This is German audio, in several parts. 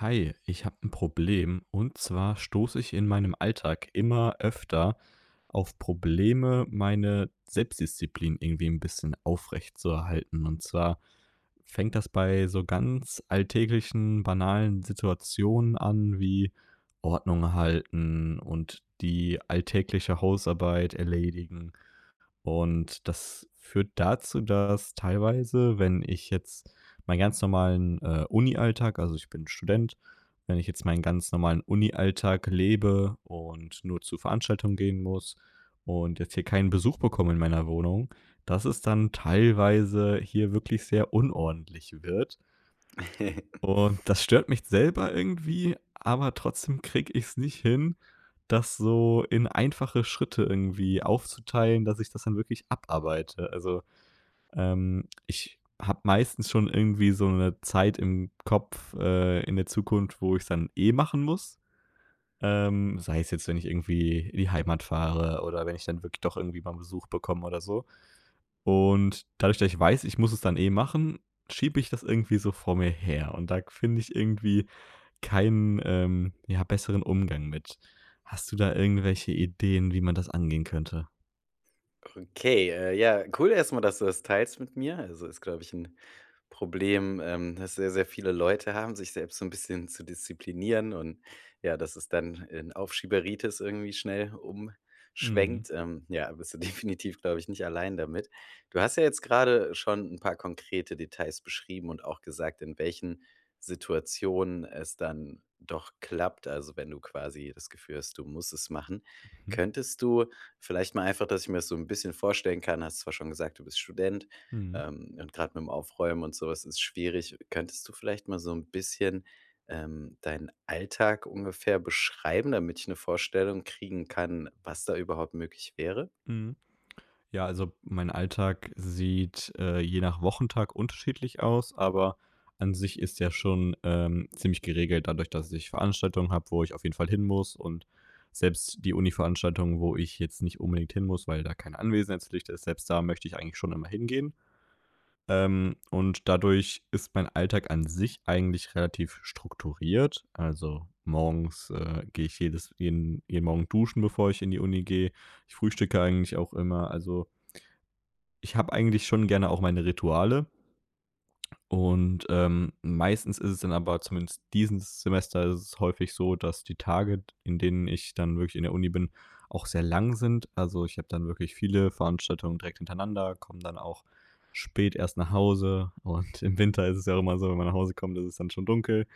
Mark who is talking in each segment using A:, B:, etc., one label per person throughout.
A: Hi, ich habe ein Problem und zwar stoße ich in meinem Alltag immer öfter auf Probleme, meine Selbstdisziplin irgendwie ein bisschen aufrecht zu erhalten. Und zwar fängt das bei so ganz alltäglichen, banalen Situationen an, wie Ordnung halten und die alltägliche Hausarbeit erledigen und das führt dazu, dass teilweise, wenn ich jetzt meinen ganz normalen, Alltag, also, ich bin Student, wenn ich jetzt meinen ganz normalen Uni-Alltag lebe und nur zu Veranstaltungen gehen muss und jetzt hier keinen Besuch bekomme in meiner Wohnung, dass es dann teilweise hier wirklich sehr unordentlich wird und das stört mich selber irgendwie, aber trotzdem kriege ich es nicht hin, das so in einfache Schritte irgendwie aufzuteilen, dass ich das dann wirklich abarbeite. Also, ich habe meistens schon irgendwie so eine Zeit im Kopf, in der Zukunft, wo ich's dann eh machen muss. Sei es jetzt, wenn ich irgendwie in die Heimat fahre oder wenn ich dann wirklich doch irgendwie mal Besuch bekomme oder so. Und dadurch, dass ich weiß, ich muss es dann eh machen, schiebe ich das irgendwie so vor mir her. Und da finde ich irgendwie keinen, ja, besseren Umgang mit. Hast du da irgendwelche Ideen, wie man das angehen könnte?
B: Okay, ja, cool erst mal, dass du das teilst mit mir. Also, ist, glaube ich, ein Problem, das sehr, sehr viele Leute haben, sich selbst so ein bisschen zu disziplinieren und ja, dass es dann in Aufschieberitis irgendwie schnell
A: Mhm.
B: umschwenkt. Ja, bist du definitiv, glaube ich, nicht allein damit. Du hast ja jetzt gerade schon ein paar konkrete Details beschrieben und auch gesagt, in welchen Situationen es dann doch klappt, also, wenn du quasi das Gefühl hast, du musst es machen.
A: Mhm.
B: Könntest du vielleicht mal einfach, dass ich mir das so ein bisschen vorstellen kann. Hast zwar schon gesagt, du bist Student,
A: Mhm.
B: und gerade mit dem Aufräumen und sowas ist schwierig. Könntest du vielleicht mal so ein bisschen, deinen Alltag ungefähr beschreiben, damit ich eine Vorstellung kriegen kann, was da überhaupt möglich wäre?
A: Mhm. Ja, also mein Alltag sieht, je nach Wochentag unterschiedlich aus, aber an sich ist ja schon, ziemlich geregelt, dadurch, dass ich Veranstaltungen habe, wo ich auf jeden Fall hin muss und selbst die Uni-Veranstaltungen, wo ich jetzt nicht unbedingt hin muss, weil da keine Anwesenheitspflicht ist, selbst da möchte ich eigentlich schon immer hingehen. Und dadurch ist mein Alltag an sich eigentlich relativ strukturiert. Also, morgens, gehe ich jedes jeden jeden Morgen duschen, bevor ich in die Uni gehe. Ich frühstücke eigentlich auch immer. Also, ich habe eigentlich schon gerne auch meine Rituale. Und meistens ist es dann aber, zumindest dieses Semester ist es häufig so, dass die Tage, in denen ich dann wirklich in der Uni bin, auch sehr lang sind. Also ich habe dann wirklich viele Veranstaltungen direkt hintereinander, komme dann auch spät erst nach Hause. Und im Winter ist es ja auch immer so, wenn man nach Hause kommt, ist es dann schon dunkel.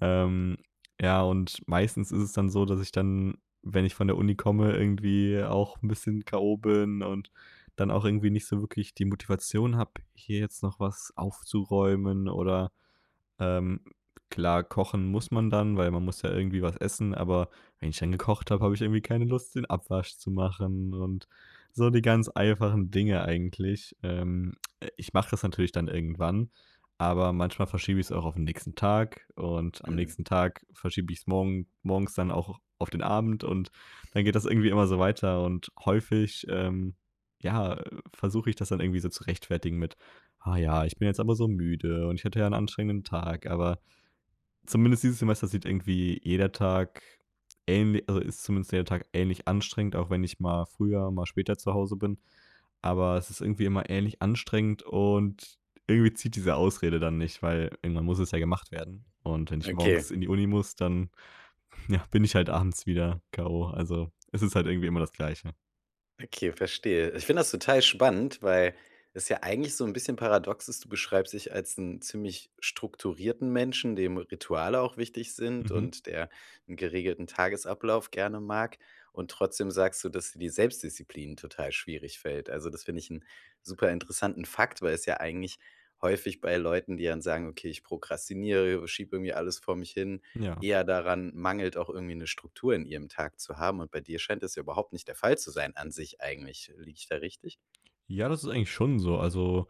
A: Ähm, ja, und meistens ist es dann so, dass ich dann, wenn ich von der Uni komme, irgendwie auch ein bisschen K.O. bin und dann auch irgendwie nicht so wirklich die Motivation habe, hier jetzt noch was aufzuräumen oder ähm, klar, kochen muss man dann, weil man muss ja irgendwie was essen, aber wenn ich dann gekocht habe, habe ich irgendwie keine Lust, den Abwasch zu machen und so die ganz einfachen Dinge eigentlich. Ich mache das natürlich dann irgendwann, aber manchmal verschiebe ich es auch auf den nächsten Tag und am
B: Mhm.
A: nächsten Tag verschiebe ich es morgens dann auch auf den Abend und dann geht das irgendwie immer so weiter und häufig, ja, versuche ich das dann irgendwie so zu rechtfertigen mit: Ah ja, ich bin jetzt aber so müde und ich hatte ja einen anstrengenden Tag, aber zumindest dieses Semester sieht irgendwie jeder Tag ähnlich, also, ist zumindest jeder Tag ähnlich anstrengend, auch wenn ich mal früher, mal später zu Hause bin. Aber es ist irgendwie immer ähnlich anstrengend und irgendwie zieht diese Ausrede dann nicht, weil irgendwann muss es ja gemacht werden. Und wenn ich morgens
B: Okay.
A: in die Uni muss, dann, ja, bin ich halt abends wieder K.O. Also, es ist halt irgendwie immer das Gleiche.
B: Okay, verstehe. Ich finde das total spannend, weil es ja eigentlich so ein bisschen paradox ist. Du beschreibst dich als einen ziemlich strukturierten Menschen, dem Rituale auch wichtig sind
A: Mhm,
B: und der einen geregelten Tagesablauf gerne mag. Und trotzdem sagst du, dass dir die Selbstdisziplin total schwierig fällt. Also, das finde ich einen super interessanten Fakt, weil es ja eigentlich häufig bei Leuten, die dann sagen: „Okay, ich prokrastiniere, schiebe irgendwie alles vor mich hin“,
A: ja.
B: eher daran mangelt, auch irgendwie eine Struktur in ihrem Tag zu haben, und bei dir scheint es ja überhaupt nicht der Fall zu sein an sich eigentlich. Liege ich da richtig?
A: Ja, das ist eigentlich schon so. Also,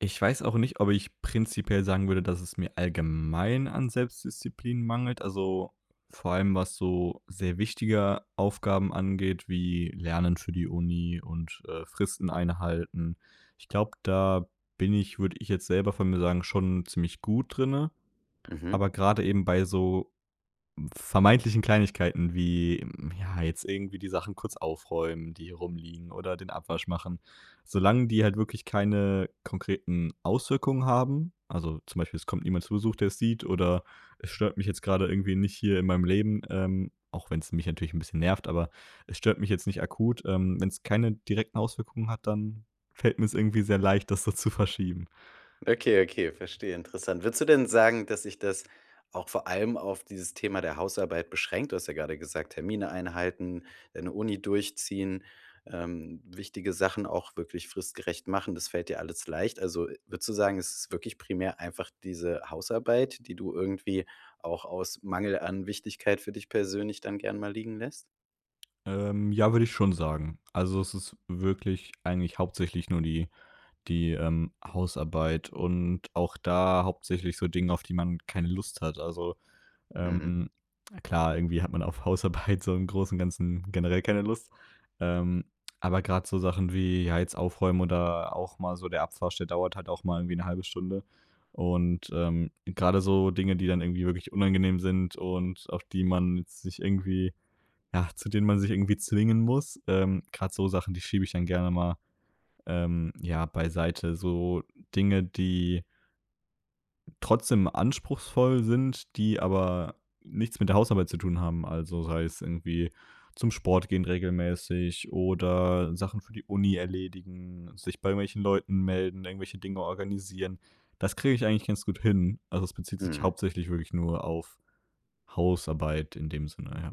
A: ich weiß auch nicht, ob ich prinzipiell sagen würde, dass es mir allgemein an Selbstdisziplin mangelt. Also, vor allem, was so sehr wichtige Aufgaben angeht, wie Lernen für die Uni und, Fristen einhalten. Ich glaube, da bin ich, würde ich jetzt selber von mir sagen, schon ziemlich gut drinne.
B: Mhm.
A: Aber gerade eben bei so vermeintlichen Kleinigkeiten wie, ja, jetzt irgendwie die Sachen kurz aufräumen, die hier rumliegen oder den Abwasch machen. Solange die halt wirklich keine konkreten Auswirkungen haben, also zum Beispiel, es kommt niemand zu Besuch, der es sieht, oder es stört mich jetzt gerade irgendwie nicht hier in meinem Leben, auch wenn es mich natürlich ein bisschen nervt, aber es stört mich jetzt nicht akut. Wenn es keine direkten Auswirkungen hat, dann fällt mir es irgendwie sehr leicht, das so zu verschieben.
B: Okay, okay, verstehe, interessant. Würdest du denn sagen, dass sich das auch vor allem auf dieses Thema der Hausarbeit beschränkt? Du hast ja gerade gesagt, Termine einhalten, deine Uni durchziehen, wichtige Sachen auch wirklich fristgerecht machen, das fällt dir alles leicht. Also würdest du sagen, es ist wirklich primär einfach diese Hausarbeit, die du irgendwie auch aus Mangel an Wichtigkeit für dich persönlich dann gern mal liegen lässt?
A: Ja, würde ich schon sagen. Also, es ist wirklich eigentlich hauptsächlich nur die Hausarbeit und auch da hauptsächlich so Dinge, auf die man keine Lust hat. Also,
B: Mhm.
A: ähm, klar, irgendwie hat man auf Hausarbeit so im Großen und Ganzen generell keine Lust. Ähm, aber gerade so Sachen wie, ja, jetzt aufräumen oder auch mal so der Abwasch, der dauert halt auch mal irgendwie eine halbe Stunde. Und, grade so Dinge, die dann irgendwie wirklich unangenehm sind und auf die man jetzt sich irgendwie, ja, zu denen man sich irgendwie zwingen muss, grad so Sachen, die schiebe ich dann gerne mal, ja, beiseite. So Dinge, die trotzdem anspruchsvoll sind, die aber nichts mit der Hausarbeit zu tun haben. Also sei es irgendwie zum Sport gehen regelmäßig oder Sachen für die Uni erledigen, sich bei irgendwelchen Leuten melden, irgendwelche Dinge organisieren. Das kriege ich eigentlich ganz gut hin. Also es bezieht sich
B: Mhm.
A: hauptsächlich wirklich nur auf Hausarbeit in dem Sinne, ja.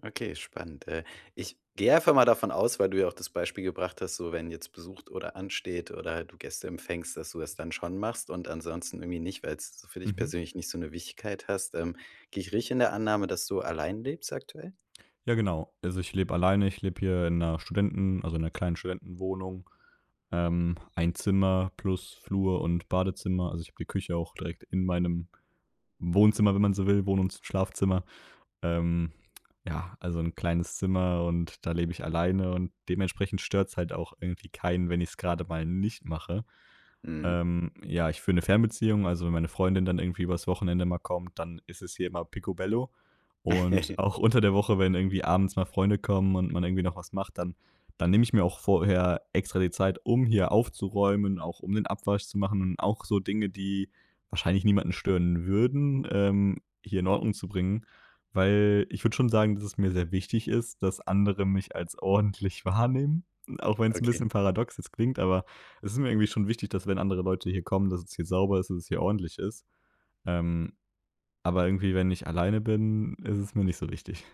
B: Okay, spannend. Ich gehe einfach mal davon aus, weil du ja auch das Beispiel gebracht hast, so wenn jetzt besucht oder ansteht oder du Gäste empfängst, dass du das dann schon machst und ansonsten irgendwie nicht, weil es so für dich
A: Mhm.
B: persönlich nicht so eine Wichtigkeit hast. Gehe ich richtig in der Annahme, dass du allein lebst aktuell?
A: Ja, genau. Also ich lebe alleine, ich lebe hier in einer Studenten, also in einer kleinen Studentenwohnung. Ein Zimmer plus Flur und Badezimmer. Also ich habe die Küche auch direkt in meinem Wohnzimmer, wenn man so will, Wohn- und Schlafzimmer. Ähm, ja, also ein kleines Zimmer und da lebe ich alleine und dementsprechend stört's halt auch irgendwie keinen, wenn ich es gerade mal nicht mache.
B: Mhm.
A: Ja, ich führe 'ne Fernbeziehung, also wenn meine Freundin dann irgendwie übers Wochenende mal kommt, dann ist es hier immer picobello. Und auch unter der Woche, wenn irgendwie abends mal Freunde kommen und man irgendwie noch was macht, dann nehme ich mir auch vorher extra die Zeit, um hier aufzuräumen, auch um den Abwasch zu machen und auch so Dinge, die wahrscheinlich niemanden stören würden, hier in Ordnung zu bringen. Weil ich würde schon sagen, dass es mir sehr wichtig ist, dass andere mich als ordentlich wahrnehmen, auch wenn's 'n
B: Okay.
A: bisschen paradox jetzt klingt, aber es ist mir irgendwie schon wichtig, dass wenn andere Leute hier kommen, dass es hier sauber ist, dass es hier ordentlich ist. Ähm, aber irgendwie, wenn ich alleine bin, ist es mir nicht so wichtig.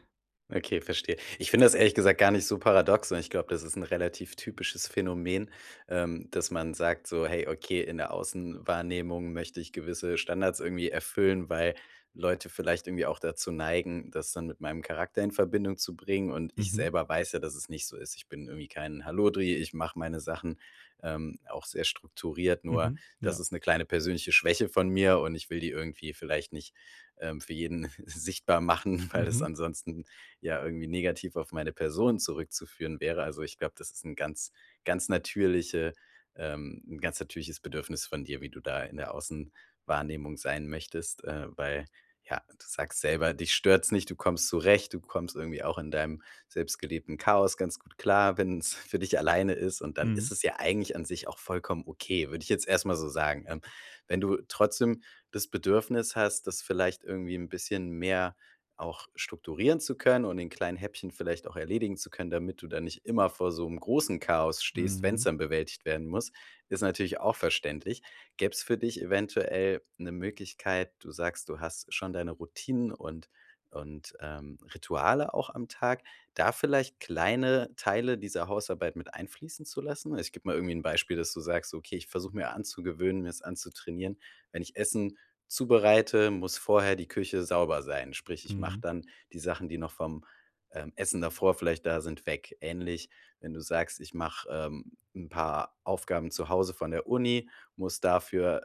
B: Okay, verstehe. Ich finde das ehrlich gesagt gar nicht so paradox, sondern ich glaube, das ist ein relativ typisches Phänomen, dass man sagt so: „Hey, okay, in der Außenwahrnehmung möchte ich gewisse Standards irgendwie erfüllen, weil Leute vielleicht irgendwie auch dazu neigen, das dann mit meinem Charakter in Verbindung zu bringen, und ich
A: Mhm,
B: selber weiß ja, dass es nicht so ist. Ich bin irgendwie kein Hallodri, ich mache meine Sachen, auch sehr strukturiert, nur
A: mhm,
B: das
A: ja.
B: ist eine kleine persönliche Schwäche von mir und ich will die irgendwie vielleicht nicht, für jeden sichtbar machen, weil es
A: Mhm,
B: ansonsten ja irgendwie negativ auf meine Person zurückzuführen wäre. Also, ich glaube, das ist ein ganz natürliche ganz natürliches Bedürfnis von dir, wie du da in der Außenwahrnehmung sein möchtest, weil, ja, du sagst selber, dich stört's nicht, du kommst zurecht, du kommst irgendwie auch in deinem selbstgelebten Chaos ganz gut klar, wenn es für dich alleine ist, und dann ist
A: mhm,
B: es ja eigentlich an sich auch vollkommen okay, würde ich jetzt erstmal so sagen. Wenn du trotzdem das Bedürfnis hast, das vielleicht irgendwie ein bisschen mehr auch strukturieren zu können und in kleinen Häppchen vielleicht auch erledigen zu können, damit du da nicht immer vor so einem großen Chaos stehst, wenn es
A: mhm,
B: dann bewältigt werden muss, ist natürlich auch verständlich. Gäb's für dich eventuell eine Möglichkeit, du sagst, du hast schon deine Routinen und, Rituale auch am Tag, da vielleicht kleine Teile dieser Hausarbeit mit einfließen zu lassen? Also, ich gebe mal irgendwie ein Beispiel, dass du sagst: „Okay, ich versuche mir anzugewöhnen, mir es anzutrainieren, wenn ich Essen zubereite, muss vorher die Küche sauber sein. Sprich, ich mache
A: mhm,
B: dann die Sachen, die noch vom, Essen davor vielleicht da sind, weg. Ähnlich, wenn du sagst, ich mache, 'n paar Aufgaben zu Hause von der Uni, muss dafür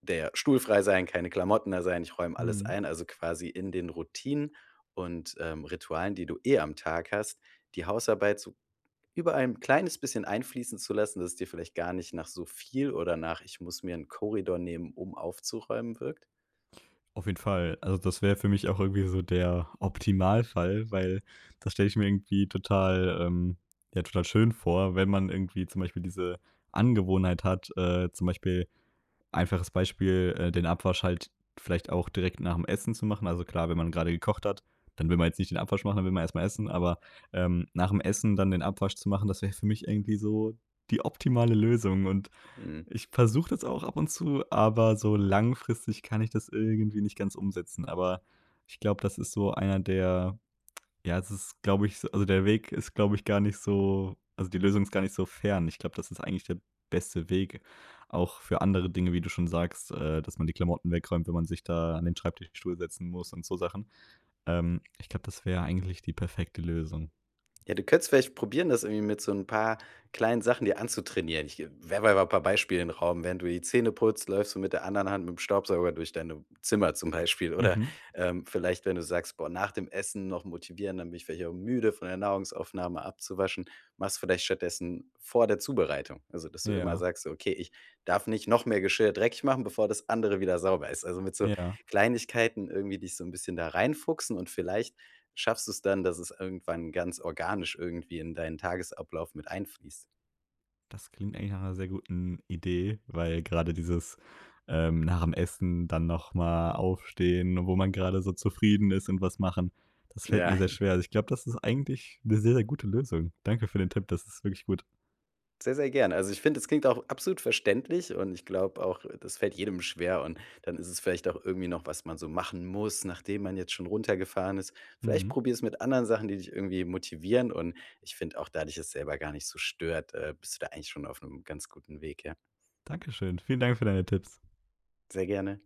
B: der Stuhl frei sein, keine Klamotten da sein, ich räume alles
A: mhm.
B: ein. Also, quasi in den Routinen und, Ritualen, die du eh am Tag hast, die Hausarbeit so überall 'n kleines bisschen einfließen zu lassen, dass es dir vielleicht gar nicht nach so viel oder nach: „Ich muss mir einen Korridor nehmen, um aufzuräumen“ wirkt?
A: Auf jeden Fall. Also das wäre für mich auch irgendwie so der Optimalfall, weil das stelle ich mir irgendwie total, ja, total schön vor, wenn man irgendwie zum Beispiel diese Angewohnheit hat, zum Beispiel einfaches Beispiel, den Abwasch halt vielleicht auch direkt nach dem Essen zu machen. Also klar, wenn man gerade gekocht hat, dann will man jetzt nicht den Abwasch machen, dann will man erstmal essen, aber nach dem Essen dann den Abwasch zu machen, das wäre für mich irgendwie so die optimale Lösung. Und
B: Mhm.
A: ich versuche das auch ab und zu, aber so langfristig kann ich das irgendwie nicht ganz umsetzen. Aber ich glaube, das ist so einer der, ja, es ist, glaube ich, so also, der Weg ist, glaube ich, gar nicht so, also, die Lösung ist gar nicht so fern. Ich glaube, das ist eigentlich der beste Weg, auch für andere Dinge, wie du schon sagst, dass man die Klamotten wegräumt, wenn man sich da an den Schreibtischstuhl setzen muss und so Sachen. Ich glaube, das wäre eigentlich die perfekte Lösung.
B: Ja, du könntest vielleicht probieren, das irgendwie mit so ein paar kleinen Sachen dir anzutrainieren. Ich werfe einfach ein paar Beispiele in den Raum. Während du die Zähne putzt, läufst du mit der anderen Hand mit dem Staubsauger durch deine Zimmer zum Beispiel. Oder,
A: Mhm.
B: vielleicht, wenn du sagst: „Boah, nach dem Essen noch motivieren, dann bin ich vielleicht auch müde von der Nahrungsaufnahme abzuwaschen.“ Machst vielleicht stattdessen vor der Zubereitung. Also, dass du immer
A: Ja,
B: sagst: so, „Okay, ich darf nicht noch mehr Geschirr dreckig machen, bevor das andere wieder sauber ist.“ Also, mit so
A: ja.
B: Kleinigkeiten irgendwie dich so ein bisschen da reinfuchsen, und vielleicht schaffst du es dann, dass es irgendwann ganz organisch irgendwie in deinen Tagesablauf mit einfließt?
A: Das klingt eigentlich nach einer sehr guten Idee, weil gerade dieses, nach dem Essen dann nochmal aufstehen, wo man gerade so zufrieden ist und was machen, das fällt mir
B: Ja,
A: sehr schwer. Also, ich glaube, das ist eigentlich eine sehr, sehr gute Lösung. Danke für den Tipp, das ist wirklich gut.
B: sehr, sehr gern. Also, ich finde, es klingt auch absolut verständlich und ich glaube auch, das fällt jedem schwer und dann ist es vielleicht auch irgendwie noch, was man so machen muss, nachdem man jetzt schon runtergefahren ist. Vielleicht
A: Mhm.
B: probier es mit anderen Sachen, die dich irgendwie motivieren, und ich finde auch, da dich es selber gar nicht so stört, bist du da eigentlich schon auf einem ganz guten Weg, ja.
A: Dankeschön. Vielen Dank für deine Tipps.
B: Sehr gerne.